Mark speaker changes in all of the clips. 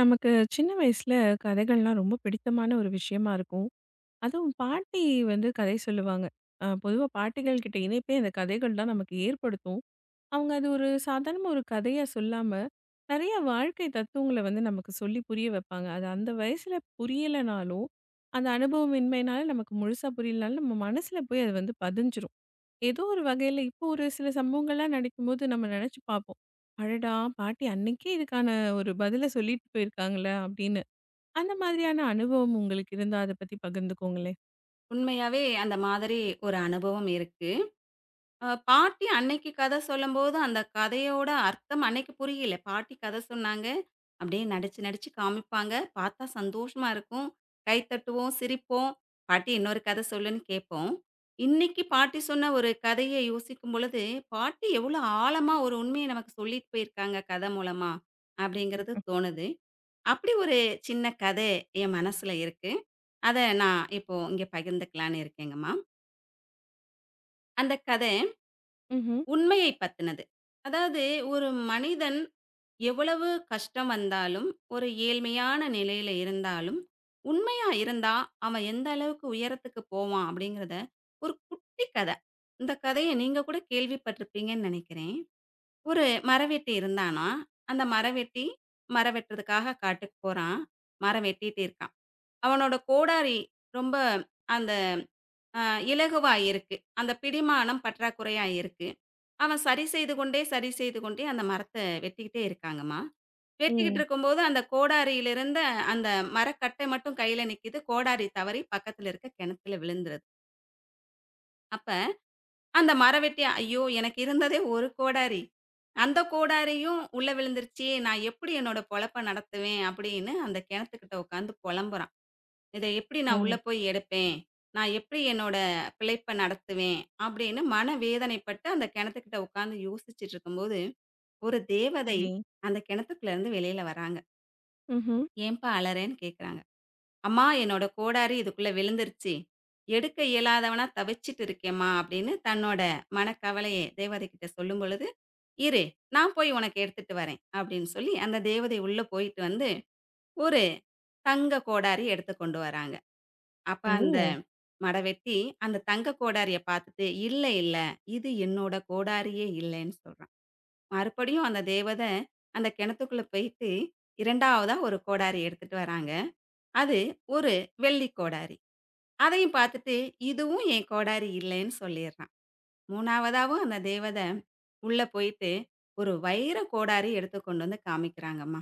Speaker 1: நமக்கு சின்ன வயசுல கதைகள்லாம் ரொம்ப பிடித்தமான ஒரு விஷயமா இருக்கும். அதுவும் பாட்டி வந்து கதை சொல்லுவாங்க. பொதுவா பாட்டிகள் கிட்ட இணைப்பே அந்த கதைகள் தான் நமக்கு ஏற்படுத்தும். அவங்க அது ஒரு சாதாரணமா ஒரு கதையா சொல்லாம, நெறைய வாழ்க்கை தத்துவங்கள வந்து நமக்கு சொல்லி புரிய வைப்பாங்க. அது அந்த வயசுல புரியலனாலும், அந்த அனுபவமின்மையினால நமக்கு முழுசா புரியலனாலும், நம்ம மனசுல போய் அது வந்து பதிஞ்சிரும். ஏதோ ஒரு வகையில இப்போ ஒரு சில சம்பவங்கள்லாம் நடக்கும்போது நம்ம நினைச்சு பார்ப்போம். அடடா! பாட்டி அன்னைக்கே இதுக்கான ஒரு பதில சொல்லிட்டு போயிருக்காங்களே அப்படின்னு. அந்த மாதிரியான அனுபவம் உங்களுக்கு இருந்தா அத பத்தி பகிர்ந்துக்கோங்களேன்.
Speaker 2: உண்மையாவே அந்த மாதிரி ஒரு அனுபவம் இருக்கு. பாட்டி அன்னைக்கு கதை சொல்லும்போது, அந்த கதையோட அர்த்தம் அன்னைக்கு புரியல. பாட்டி கதை சொன்னாங்க. அப்படியே நடிச்சு நடிச்சு காமிப்பாங்க. பார்த்தா சந்தோஷமா இருக்கும். கை தட்டுவோம், சிரிப்போம். பாட்டி இன்னொரு கதை சொல்லுன்னு கேட்போம். இன்னைக்கு பாட்டி சொன்ன ஒரு கதைய யோசிக்கும் பொழுது, பாட்டி எவ்வளோ ஆழமா ஒரு உண்மைய நமக்கு சொல்லிட்டு போயிருக்காங்க கதை மூலமா, அப்படிங்கிறது தோணுது. அப்படி ஒரு சின்ன கதை என் மனசுல இருக்கு. அத நான் இப்போ இங்க பகிர்ந்துக்கலான்னு இருக்கேங்கம்மா. அந்த கதை
Speaker 1: ம்ஹ்ம்.
Speaker 2: உண்மையை பத்தினது. அதாவது ஒரு மனிதன் எவ்வளவு கஷ்டம் வந்தாலும், ஒரு ஏழ்மையான நிலையில இருந்தாலும், உண்மையா இருந்தா அவன் எந்த அளவுக்கு உயரத்துக்கு போவான் அப்படிங்கிறத ஒரு குட்டி கதை. இந்த கதைய நீங்க கூட கேள்விப்பட்டிருப்பீங்கன்னு நெனைக்கிறேன். ஒரு மரவெட்டி இருந்தானாம். அந்த மரவெட்டி மரம் வெட்டுறதுக்காக காட்டுக்கு போறான். மரம் வெட்டிட்டு இருக்கான். அவனோட கோடாரி ரொம்ப அந்த அ இலகுவா இருக்கு. அந்த பிடிமானம் பற்றாக்குறையா இருக்கு. அவன் சரி செய்து கொண்டே, சரி செய்து கொண்டே அந்த மரத்த வெட்டிக்கிட்டே இருக்காங்கம்மா.
Speaker 1: ஓ!
Speaker 2: வெட்டிக்கிட்டு இருக்கும்போது, அந்த கோடாரியிலிருந்த அந்த மரக்கட்டை மட்டும் கையில நிக்கிது. கோடாரி தவறி பக்கத்துல இருக்க கிணத்துல விழுந்துருது. அப்ப அந்த மரவெட்டி, "ஐயோ! எனக்கு இருந்ததே ஒரு கோடாரி. அந்த கோடாரியும் உள்ள விழுந்துருச்சே! நான் எப்படி என்னோட பொழப்ப நடத்துவேன்?" அப்படின்னு அந்த கிணத்துக்கிட்ட உட்காந்து பொலம்புறான். இத எப்படி நான் உள்ள
Speaker 1: ஓ!
Speaker 2: போய் எடுப்பேன்? நான் எப்படி என்னோட பிழைப்ப நடத்துவேன்? அப்படின்னு மனவேதனைப்பட்டு அந்த கிணத்துக்கிட்ட உட்காந்து யோசிச்சுட்டு இருக்கும்போது, ஒரு தேவதை
Speaker 1: சரி.
Speaker 2: அந்த கிணத்துக்குள்ள இருந்து வெளியில வராங்க.
Speaker 1: ம்ஹ்ம்.
Speaker 2: "ஏன்பா அழறேன்னு?" கேட்குறாங்க. "அம்மா என்னோட கோடாரி இதுக்குள்ள விழுந்துருச்சு. எடுக்க இயலாதவனா தவிச்சுட்டு இருக்கேம்மா" அப்படின்னு தன்னோட மனக்கவலைய தேவதைகிட்ட சொல்லும் பொழுது, "இரு நான் போய் உனக்கு எடுத்துட்டு வரேன்" அப்படின்னு சொல்லி அந்த தேவதை உள்ள போயிட்டு வந்து, ஒரு தங்க கோடாரி எடுத்து கொண்டு வராங்க. அப்ப அந்த
Speaker 1: ஓ!
Speaker 2: மடவெட்டி, அந்த தங்க கோடாரிய பாத்துட்டு, "இல்ல, இல்ல. இது என்னோட கோடாரியே இல்லன்னு" சொல்றான். மறுபடியும் அந்த தேவத அந்த கிணத்துக்குள்ள போயிட்டு 2வதா ஒரு கோடாரி எடுத்துட்டு வராங்க. அது ஒரு வெள்ளி கோடாரி. அதையும் பாத்துட்டு, "இதுவும் என் கோடாரி இல்லன்னு" சொல்லிர்றான். 3வதாவும் அந்த தேவத உள்ள போயிட்டு, ஒரு வைர கோடாரி எடுத்து கொண்டு வந்து காமிக்கிறாங்கம்மா.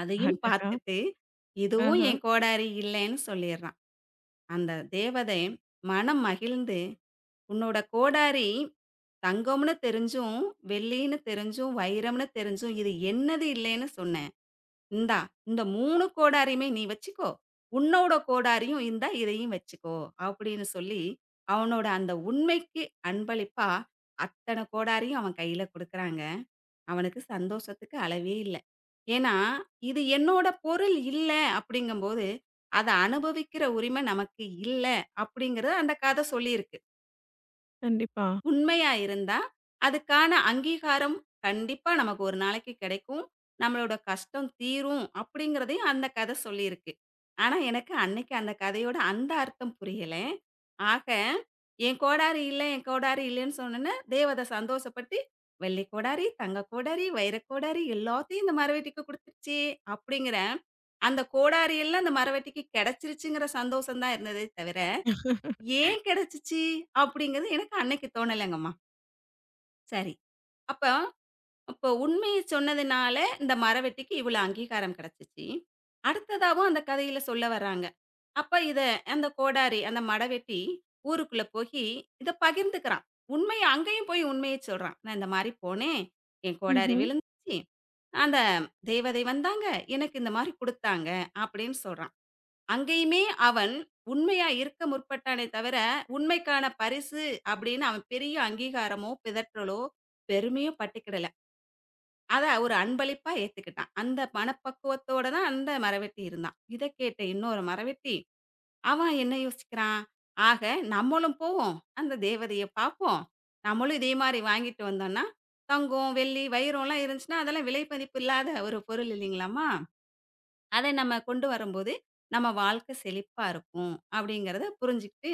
Speaker 2: அதையும்
Speaker 1: அடடா!
Speaker 2: பாத்துட்டு, "இதுவும்
Speaker 1: ஆஹா!
Speaker 2: என் கோடாரி இல்லன்னு" சொல்லிர்றான். அந்த தேவதை மனம் மகிழ்ந்து, "உன்னோட கோடாரி தங்கம்னு தெரிஞ்சும், வெள்ளின்னு தெரிஞ்சும், வைரம்னு தெரிஞ்சும் இது என்னது இல்லைன்னு சொன்னேன். இந்தா இந்த 3 கோடாரியுமே நீ வச்சுக்கோ. உன்னோட கோடாரியும் இந்தா இதையும் வச்சுக்கோ." அப்படின்னு சொல்லி, அவனோட அந்த உண்மைக்கு அன்பளிப்பா அத்தன கோடாரியும் அவன் கையில குடுக்குறாங்க. அவனுக்கு சந்தோஷத்துக்கு அளவே இல்ல. ஏன்னா, இது என்னோட பொருள் இல்ல அப்படிங்கும்போது, அத அனுபவிக்கிற உரிமை நமக்கு இல்ல அப்படிங்கிறத அந்த கதை சொல்லியிருக்கு.
Speaker 1: கண்டிப்பா.
Speaker 2: உண்மையா இருந்தா, அதுக்கான அங்கீகாரம் கண்டிப்பா நமக்கு ஒரு நாளைக்கு கிடைக்கும். நம்மளோட கஷ்டம் தீரும் அப்படிங்கிறதையும் அந்த கதை சொல்லியிருக்கு. ஆனா, எனக்கு அன்னைக்கு அந்த கதையோட அந்த அர்த்தம் புரியல. ஆக, என் கோடாரி இல்ல, என் கோடாரி இல்லன்னு சொன்னோனே, தேவதை சந்தோஷப்பட்டு, "வெள்ளி கோடாரி, தங்க கோடாரி, வைர கோடாரி எல்லாத்தையும் இந்த மரவெட்டிக்கு குடுத்துருச்சே!" அப்படிங்கிற அந்த கோடாரி எல்லாம் அந்த மரவெட்டிக்கு கிடைச்சிருச்சுங்கிற சந்தோஷம் தான் இருந்ததே தவிர, ஏன் கிடைச்சுச்சு அப்படிங்கிறது எனக்கு அன்னைக்கு தோணலங்கம்மா. சரி. அப்ப அப்ப உண்மைய சொன்னதுனால, இந்த மரவெட்டிக்கு இவ்வளோ அங்கீகாரம் கிடைச்சுச்சு. அடுத்ததாவும் அந்த கதையில சொல்ல வர்றாங்க. அப்ப இத அந்த கோடாரி, அந்த மடவெட்டி ஊருக்குள்ள போயி இத பகிர்ந்துக்கிறான். உண்மைய அங்கேயும் போய் உண்மைய சொல்றான். "நான் இந்த மாரி போனேன். என் கோடாரி
Speaker 1: ம்ஹ்ம்.
Speaker 2: விழுந்துச்சு. அந்த தேவதை வந்தாங்க. எனக்கு இந்த மாரி குடுத்தாங்க" அப்படின்னு சொல்றான். அங்கேயுமே அவன் உண்மையா இருக்க முற்பட்டானே தவிர, உண்மைக்கான பரிசு அப்படின்னு அவன் பெரிய அங்கீகாரமோ, பிதற்றலோ, பெருமையோ பட்டுக்கிடல. அத ஒரு அன்பளிப்பா ஏத்துக்கிட்டான். அந்த மனப்பக்குவத்தோட தான் அந்த மரவெட்டி இருந்தான். இத கேட்ட இன்னொரு மரவெட்டி, அவன் என்ன யோசிக்கிறான், ஆக நம்மளும் போவோம், அந்த தேவதைய பார்ப்போம். நம்மளும் இதே மாரி வாங்கிட்டு வந்தோம்னா, தங்கம், வெள்ளி, வைரம்லாம் இருந்துச்சுன்னா, அதெல்லாம் விலை மதிப்பு இல்லாத ஒரு பொருள் இல்லைங்களாம்மா? அதை நம்ம கொண்டு வரும்போது, நம்ம வாழ்க்கை செழிப்பா இருக்கும் அப்படிங்கிறத புரிஞ்சுகிட்டு,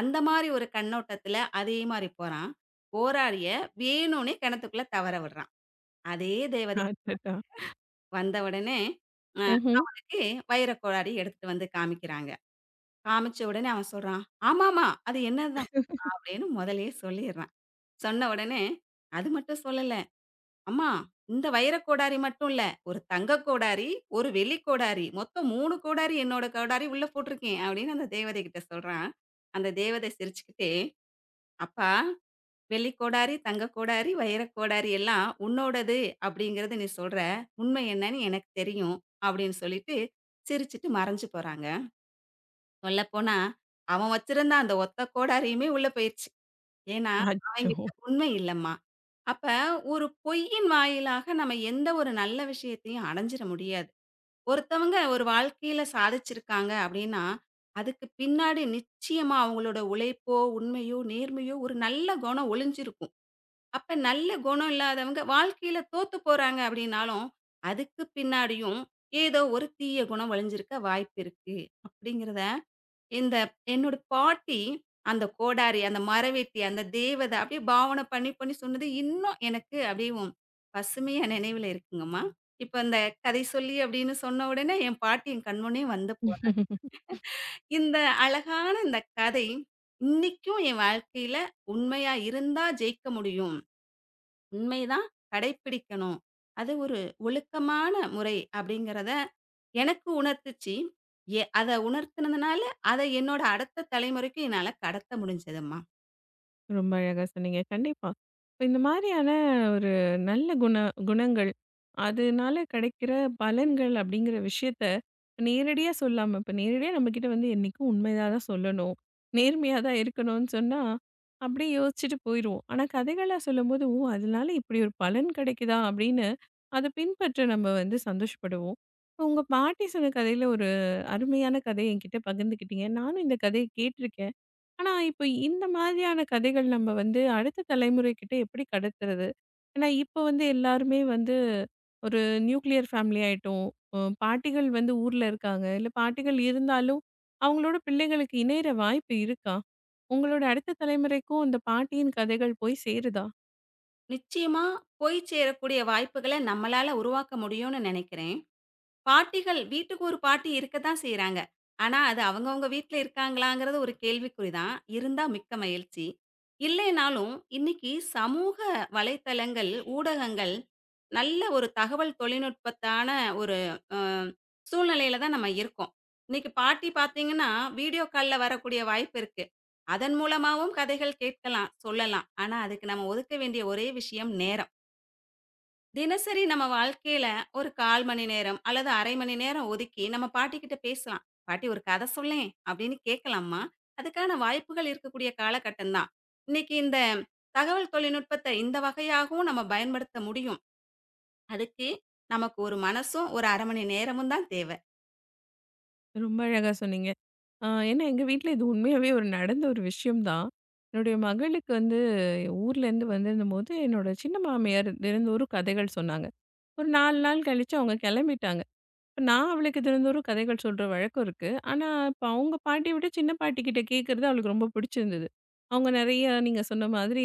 Speaker 2: அந்த மாரி ஒரு கண்ணோட்டத்துல அதே மாரி போறான். போராடிய வேணும்னே கிணத்துக்குள்ள தவற விடுறான். அதே தேவதை
Speaker 1: அடடா!
Speaker 2: வந்த உடனே அ
Speaker 1: ம்ஹ்ம்.
Speaker 2: அவனுக்கு வைர கோடாரி எடுத்துட்டு வந்து காமிக்கிறாங்க. காமிச்ச உடனே அவன் சொல்றான், "ஆமாமா, அது என்னது தான்" அப்படின்னு முதல்லயே சொல்லிர்றான். சொன்ன உடனே, அது மட்டும் சொல்லல. அம்மா, இந்த வைரக் கோடாரி மட்டும் இல்ல. ஒரு தங்கக் கோடாரி, ஒரு வெள்ளிக் கோடாரி. மொத்தம் 3 கோடாரி என்னோட கோடாரி உள்ள போட்டிருக்கேன்." அப்படின்னு அந்த தேவதைகிட்ட சொல்றான். அந்த தேவதை சிரிச்சுக்கிட்டே, "அப்பா, வெள்ளிக் கோடாரி, தங்கக் கோடாரி, வைரக் கோடாரி எல்லாம் உன்னோடது அப்படிங்கிறது நீ சொல்ற. உண்மை என்னன்னு எனக்கு தெரியும்." அப்படின்னு சொல்லிட்டு சிரிச்சுட்டு மறைஞ்சு போறாங்க. சொல்லப்போனா, அவன் வச்சிருந்த அந்த ஒத்த கோடாரியுமே உள்ள போயிருச்சு. ஏன்னா,
Speaker 1: அச்சோ!
Speaker 2: அவன்கிட்ட உண்மை இல்லம்மா. அப்ப ஒரு பொய்யின் வாயிலாக நம்ம எந்த ஒரு நல்ல விஷயத்தையும் அடைஞ்சிட முடியாது. ஒருத்தவங்க ஒரு வாழ்க்கையில சாதிச்சிருக்காங்க அப்படின்னா, அதுக்கு பின்னாடி நிச்சயமா அவங்களோட உழைப்போ, உண்மையோ, நேர்மையோ ஒரு நல்ல குணம் ஒளிஞ்சிருக்கும். அப்ப நல்ல குணம் இல்லாதவங்க வாழ்க்கையில தோத்து போறாங்க அப்படின்னாலும், அதுக்கு பின்னாடியும் ஏதோ ஒரு தீய குணம் ஒளிஞ்சிருக்க வாய்ப்பு இருக்கு. அப்படிங்கிறத இந்த என்னோட பாட்டி அந்த கோடாரி, அந்த மரவெட்டி, அந்த தேவதை அப்படியே பாவனை பண்ணி, பண்ணி சொன்னது இன்னும் எனக்கு அப்படியே பசுமையா நினைவில இருக்குங்கம்மா. இப்ப இந்த கதை சொல்லி அப்படின்னு சொன்ன உடனே என் பாட்டி என் கண்முன்னே வந்து போறாங்க. இந்த அழகான இந்த கதை இன்னைக்கும் என் வாழ்க்கையில உண்மையா இருந்தா ஜெயிக்க முடியும். உண்மைதான் கடைப்பிடிக்கணும். அது ஒரு ஒழுக்கமான முறை அப்படிங்கிறத எனக்கு உணர்த்துச்சு. அத உணர்த்தினதுனால, அத என்னோட அடுத்த தலைமுறைக்கு என்னால கடத்த முடிஞ்சதும்மா.
Speaker 1: ரொம்ப அழகா சொன்னீங்க. கண்டிப்பா. இப்ப இந்த மாதிரியான ஒரு நல்ல குண குணங்கள், அதனால கிடைக்கிற பலன்கள் அப்படிங்கிற விஷயத்த நேரடியா சொல்லாம, இப்ப நேரடியா நம்மகிட்ட வந்து என்னைக்கும் உண்மையா தான் சொல்லணும். நேர்மையா தான் இருக்கணும்னு சொன்னா, அப்படியே யோசிச்சுட்டு போயிருவோம். ஆனா கதைகளா சொல்லும்போது, ஓ! அதனால இப்படி ஒரு பலன் கிடைக்குதா அப்படின்னு அத பின்பற்ற நம்ம வந்து சந்தோஷப்படுவோம். இப்ப உங்க பாட்டி சொன்ன கதையில ஒரு அருமையான கதைய என்கிட்ட பகிர்ந்துக்கிட்டீங்க. நானும் இந்த கதைய கேட்டிருக்கேன். ஆனா, இப்ப இந்த மாதிரியான கதைகள் நம்ம வந்து அடுத்த தலைமுறைக்கிட்ட எப்படி கடத்துறது? ஏன்னா, இப்ப வந்து எல்லாருமே வந்து ஒரு நியூக்ளியர் ஃபேமிலி ஆயிட்டோம். பாட்டிகள் வந்து ஊர்ல இருக்காங்க. இல்ல பாட்டிகள் இருந்தாலும், அவங்களோட பிள்ளைகளுக்கு இணையிற வாய்ப்பு இருக்கா? உங்களோட அடுத்த தலைமுறைக்கும் அந்த பாட்டியின் கதைகள் போய் சேருதா?
Speaker 2: நிச்சயமா போய் சேரக்கூடிய வாய்ப்புகள நம்மளால உருவாக்க முடியும்னு நினைக்கிறேன். பாட்டிகள் வீட்டுக்கு ஒரு பாட்டி இருக்கத்தான் செய்றாங்க. ஆனா, அது அவங்கவங்க வீட்ல இருக்காங்களாங்கிறது ஒரு கேள்விக்குறி தான். இருந்தா மிக்க மகிழ்ச்சி. இல்லைனாலும், இன்னைக்கு சமூக வலைத்தளங்கள், ஊடகங்கள் நல்ல ஒரு தகவல் தொழில்நுட்பத்தான ஒரு அ சூழ்நிலையில தான் நம்ம இருக்கோம். இன்னைக்கு பாட்டி பார்த்தீங்கன்னா, வீடியோ கால்ல வரக்கூடிய வாய்ப்பு இருக்கு. அதன் மூலமாவும் கதைகள் கேட்கலாம், சொல்லலாம். ஆனா, அதுக்கு நம்ம ஒதுக்க வேண்டிய ஒரே விஷயம் நேரம். தினசரி நம்ம வாழ்க்கையில ஒரு 1/4 மணி நேரம் அல்லது 1/2 மணி நேரம் ஒதுக்கி நம்ம பாட்டிகிட்ட பேசலாம். "பாட்டி ஒரு கதை சொல்லேன்" அப்படின்னு கேட்கலாம்மா. அதுக்கான வாய்ப்புகள் இருக்கக்கூடிய காலகட்டம் தான். இன்னைக்கு இந்த தகவல் தொழில்நுட்பத்தை இந்த வகையாகவும் நம்ம பயன்படுத்த முடியும். அதுக்கு நமக்கு ஒரு மனசும், ஒரு 1/2 மணி நேரமும் தான் தேவை.
Speaker 1: ரொம்ப அழகா சொன்னீங்க. ஏன்னா, எங்க வீட்ல இது உண்மையாவே ஒரு நடந்த ஒரு விஷயம் தான். என்னுடைய மகளுக்கு வந்து ஊர்லேருந்து வந்திருந்தபோது, என்னோட சின்ன மாமியார் தினந்தோறும் கதைகள் சொன்னாங்க. ஒரு 4 நாள் கழிச்சு அவங்க கெளம்பிட்டாங்க. இப்ப நான் அவளுக்கு தினந்தோறும் கதைகள் சொல்ற வழக்கம் இருக்கு. ஆனா, இப்ப அவங்க பாட்டிய விட சின்ன பாட்டிகிட்ட கேட்கறது அவளுக்கு ரொம்ப பிடிச்சிருந்தது. அவங்க நெறைய நீங்க சொன்ன மாதிரி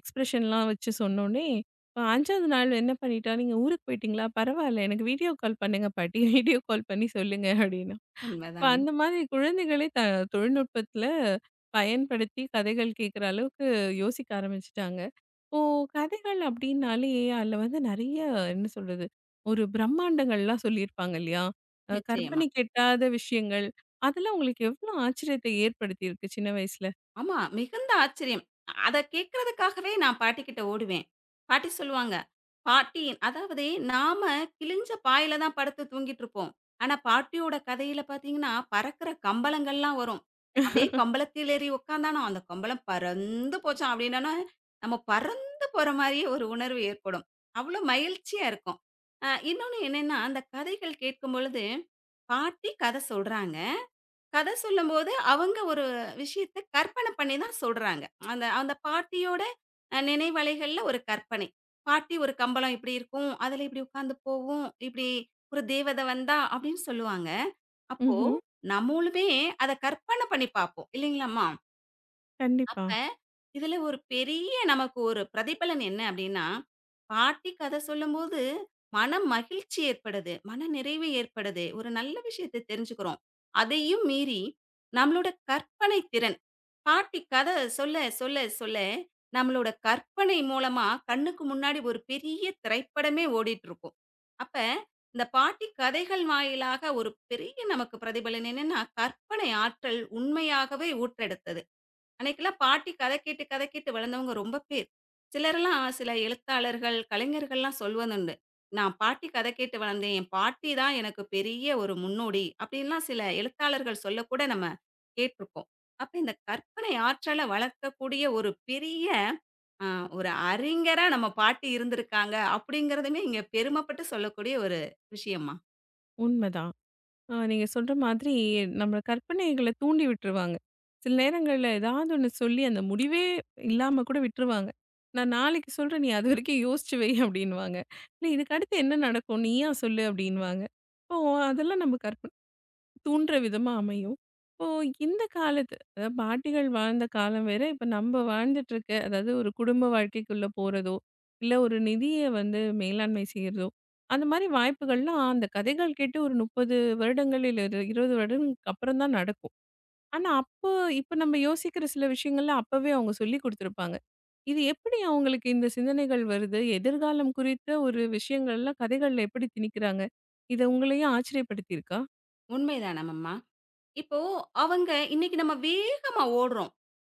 Speaker 1: எக்ஸ்பிரஷன்லாம் வச்சு சொன்னோனே, இப்ப 5வது நாள் என்ன பண்ணிட்டா, "நீங்க ஊருக்கு போயிட்டீங்களா? பரவால்ல எனக்கு வீடியோ கால் பண்ணுங்க பாட்டி. வீடியோ கால் பண்ணி சொல்லுங்க" அப்டின்னு. இப்ப
Speaker 2: உண்மைதாம்மா.
Speaker 1: அந்த மாதிரி குழந்தைகளே தொழில்நுட்பத்துல பயன்படுத்தி கதைகள் கேட்குற அளவுக்கு யோசிக்க ஆரம்பிச்சுட்டாங்க. இப்போ கதைகள் அப்படின்னாலே, அதில வந்து நெறைய என்ன சொல்றது? ஒரு பிரம்மாண்டங்கள்லாம் சொல்லியிருப்பாங்க இல்லையா?
Speaker 2: நிச்சயமா.
Speaker 1: கற்பனைக்கு எட்டாத விஷயங்கள். அதெல்லாம் உங்களுக்கு எவ்வளோ ஆச்சரியத்தை ஏற்படுத்தியிருக்கு சின்ன வயசுல?
Speaker 2: ஆமா. மிகுந்த ஆச்சரியம். அத கேட்கிறதுக்காகவே நான் பாட்டிகிட்ட ஓடுவேன். பாட்டி சொல்லுவாங்க, "பாட்டி அதாவது நாம கிழிஞ்ச பாயில தான் படுத்து தூங்கிட்டுருப்போம். ஆனா பாட்டியோட கதையில பார்த்தீங்கன்னா, பறக்கிற கம்பளங்கள்லாம் வரும். அப்படியே கம்பளத்தில் ஏறி உட்காந்தானாம், அந்த கம்பளம் பறந்து போச்சாம்." அப்படின்னோன, நம்ம பறந்து போற மாரியே ஒரு உணர்வு ஏற்படும். அவ்வளோ மகிழ்ச்சியா இருக்கும். இன்னொன்னு என்னன்னா, அந்த கதைகள் கேட்கும்பொழுது, பாட்டி கதை சொல்றாங்க. கதை சொல்லும்போது, அவங்க ஒரு விஷயத்த கற்பனை பண்ணி தான் சொல்றாங்க. அந்த அந்த பாட்டியோட நினைவலைகள்ல ஒரு கற்பனை. பாட்டி ஒரு கம்பளம் இப்படி இருக்கும். அதுல இப்படி உட்காந்து போகும். இப்படி ஒரு தேவதை வந்தா அப்படின்னு சொல்லுவாங்க. அப்போ
Speaker 1: ம்ஹ்ம்.
Speaker 2: நம்மளுமே அத கற்பனை பண்ணி பார்ப்போம். இல்லைங்களாம்மா?
Speaker 1: கண்டிப்பா.
Speaker 2: அப்ப, இதுல ஒரு பெரிய நமக்கு ஒரு பிரதிபலன் என்ன அப்படின்னா, பாட்டி கதை சொல்லும்போது மனம் மகிழ்ச்சி ஏற்படுது. மனநிறைவு ஏற்படுது. ஒரு நல்ல விஷயத்த தெரிஞ்சுக்கிறோம். அதையும் மீறி நம்மளோட கற்பனை திறன் பாட்டி கதை சொல்ல, சொல்ல, சொல்ல நம்மளோட கற்பனை மூலமா கண்ணுக்கு முன்னாடி ஒரு பெரிய திரைப்படமே ஓடிட்டு இருக்கும். அப்ப இந்த பாட்டி கதைகள் வாயிலாக ஒரு பெரிய நமக்கு பிரதிபலன் என்னன்னா, கற்பனை ஆற்றல் உண்மையாகவே ஊற்றெடுத்தது. அன்னைக்கெல்லாம் பாட்டி கத கேட்டு, கத கேட்டு வளர்ந்தவங்க ரொம்ப பேர். சிலர்லாம் சில எழுத்தாளர்கள், கலைஞர்கள்லாம் சொல்வதுண்டு. "நான் பாட்டி கத கேட்டு வளர்ந்தேன். என் பாட்டி தான் எனக்கு பெரிய ஒரு முன்னோடி." அப்படின்லாம் சில எழுத்தாளர்கள் சொல்லக்கூட நம்ம கேட்டுருக்கோம். அப்ப இந்த கற்பனை ஆற்றல வளர்க்கக்கூடிய ஒரு பெரிய அ ஒரு அறிஞரா நம்ம பாட்டி இருந்திருக்காங்க அப்படிங்கிறதுமே இங்க பெருமைப்பட்டு சொல்லக்கூடிய ஒரு விஷயம்மா.
Speaker 1: உண்மதான். நீங்க சொல்ற மாதிரி நம்ம கற்பனைகள தூண்டி விட்டுருவாங்க. சில நேரங்கள்ல ஏதாவது ஒண்ணு சொல்லி அந்த முடிவே இல்லாம கூட விட்டுருவாங்க. நான் நாளைக்கு சொல்றேன். நீ அதுவரைக்கும் யோசிச்சு வை அப்படின்னுவாங்க. இல்ல இதுக்கு அடுத்து என்ன நடக்கும்? நீயா சொல்லு அப்படின்னுவாங்க. இப்போ அதெல்லாம் நம்ம கற்பனை தூண்டுற விதமா அமையும். இப்போ இந்த காலத்து அதாவது பாட்டிகள் வாழ்ந்த காலம் வேற, இப்ப நம்ம வாழ்ந்துட்டு இருக்க அதாவது ஒரு குடும்ப வாழ்க்கைக்குள்ள போறதோ, இல்ல ஒரு நிதிய வந்து மேலாண்மை செய்றதோ, அந்த மாரி வாய்ப்புகள்லாம் அந்த கதைகள் கேட்டு ஒரு 30 வருடங்கள் இல்ல இரு 20 வருடங்களுக்கு அப்புறம் தான் நடக்கும். ஆனா அப்போ இப்ப நம்ம யோசிக்கிற சில விஷயங்கள்லாம் அப்பவே அவங்க சொல்லிக் குடுத்துருப்பாங்க. இது எப்படி அவங்களுக்கு இந்த சிந்தனைகள் வருது? எதிர்காலம் குறித்த ஒரு விஷயங்கள்லாம் கதைகள்ல எப்படி திணிக்கிறாங்க? இது உங்களையும் ஆச்சரியப்படுத்தியிருக்கா?
Speaker 2: உண்மைதானம்மம்மா? இப்போ அவங்க இன்னைக்கு நம்ம வேகமா ஓடுறோம்.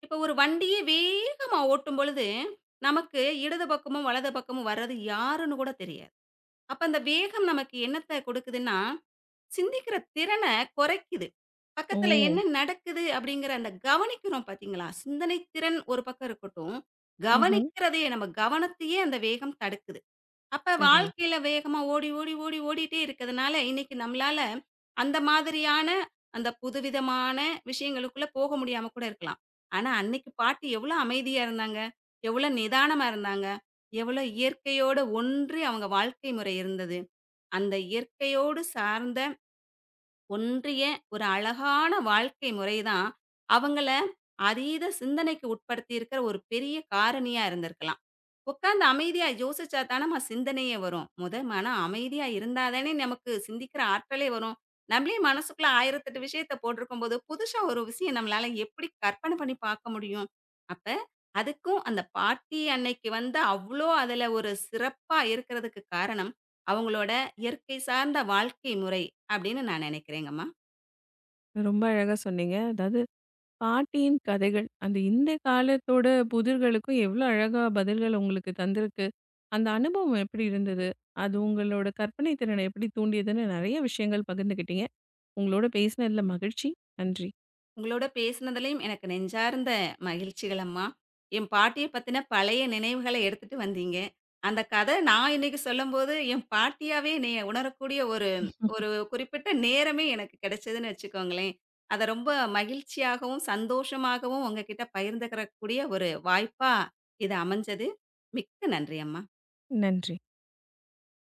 Speaker 2: இப்போ ஒரு வண்டியே வேகமா ஓட்டும் பொழுது, நமக்கு இடது பக்கமும், வலது பக்கமும் வர்றது யாருன்னு கூட தெரியாது. அப்ப அந்த வேகம் நமக்கு என்னத்த கொடுக்குதுன்னா, சிந்திக்கிற திறன குறைக்குது. பக்கத்துல
Speaker 1: ஓ!
Speaker 2: என்ன நடக்குது அப்படிங்கிற அந்த கவனிக்கிறோம் பார்த்தீங்களா? சிந்தனை திறன் ஒரு பக்கம் இருக்கட்டும்,
Speaker 1: ம்ஹ்ம்.
Speaker 2: கவனிக்கிறதையே நம்ம கவனத்தையே அந்த வேகம் தடுக்குது. அப்ப
Speaker 1: சரி.
Speaker 2: வாழ்க்கையில வேகமா ஓடி, ஓடி, ஓடி, ஓடிட்டே இருக்கிறதுனால, இன்னைக்கு நம்மளால அந்த மாதிரியான, அந்த புதுவிதமான விஷயங்களுக்குள்ள போக முடியாம கூட இருக்கலாம். ஆனா அன்னைக்கு பாட்டி எவ்வளோ அமைதியா இருந்தாங்க, எவ்வளோ நிதானமா இருந்தாங்க, எவ்வளோ இயற்கையோட ஒன்றி அவங்க வாழ்க்கை முறை இருந்தது. அந்த இயற்கையோடு சார்ந்த ஒன்றிய ஒரு அழகான வாழ்க்கை முறை தான், அவங்கள அதீத சிந்தனைக்கு உட்படுத்தியிருக்கிற ஒரு பெரிய காரணியா இருந்திருக்கலாம். உட்கார்ந்து அமைதியா யோசிச்சா தானம்மா சிந்தனையே வரும். மொத மன அமைதியா இருந்தா தானே நமக்கு சிந்திக்கிற ஆற்றலே வரும். நம்மளே மனசுக்குள்ள 1008 விஷயத்த போட்டிருக்கும்போது, புதுசா ஒரு விஷயம் நம்மளால எப்படி கற்பனை பண்ணி பார்க்க முடியும்? அப்ப அதுக்கும் அந்த பாட்டி அன்னைக்கு வந்து அவ்ளோ அதுல ஒரு சிறப்பா இருக்கிறதுக்கு காரணம், அவங்களோட இயற்கை சார்ந்த வாழ்க்கை முறை அப்படின்னு நான் நினைக்கிறேங்கம்மா.
Speaker 1: ரொம்ப அழகா சொன்னீங்க. அதாவது பாட்டியின் கதைகள், அந்த இந்த காலத்தோட புதிர்களுக்கும் எவ்ளோ அழகா பதில்கள் உங்களுக்கு தந்திருக்கு. அந்த அனுபவம் எப்படி இருந்தது? அது உங்களோட கற்பனை திறனை எப்படி தூண்டியதுன்னு நெறைய விஷயங்கள் பகிர்ந்துக்கிட்டீங்க. உங்களோட பேசினதுல மகிழ்ச்சி. நன்றி.
Speaker 2: உங்களோட பேசினதுலயும் எனக்கு நெஞ்சார்ந்த மகிழ்ச்சிகள் அம்மா. என் பாட்டிய பத்தின பழைய நினைவுகள எடுத்துட்டு வந்தீங்க. அந்த கதை நான் இன்னைக்கு சொல்லும்போது, என் பாட்டியாவே என்னைய உணரக்கூடிய ஒரு ஒரு குறிப்பிட்ட நேரமே எனக்கு கிடைச்சதுன்னு வச்சுக்கோங்களேன். அத ரொம்ப மகிழ்ச்சியாகவும், சந்தோஷமாகவும் உங்ககிட்ட பகிர்ந்துக்கிறக்கூடிய ஒரு வாய்ப்பா இது அமைஞ்சது. மிக்க நன்றி அம்மா.
Speaker 1: நன்றி.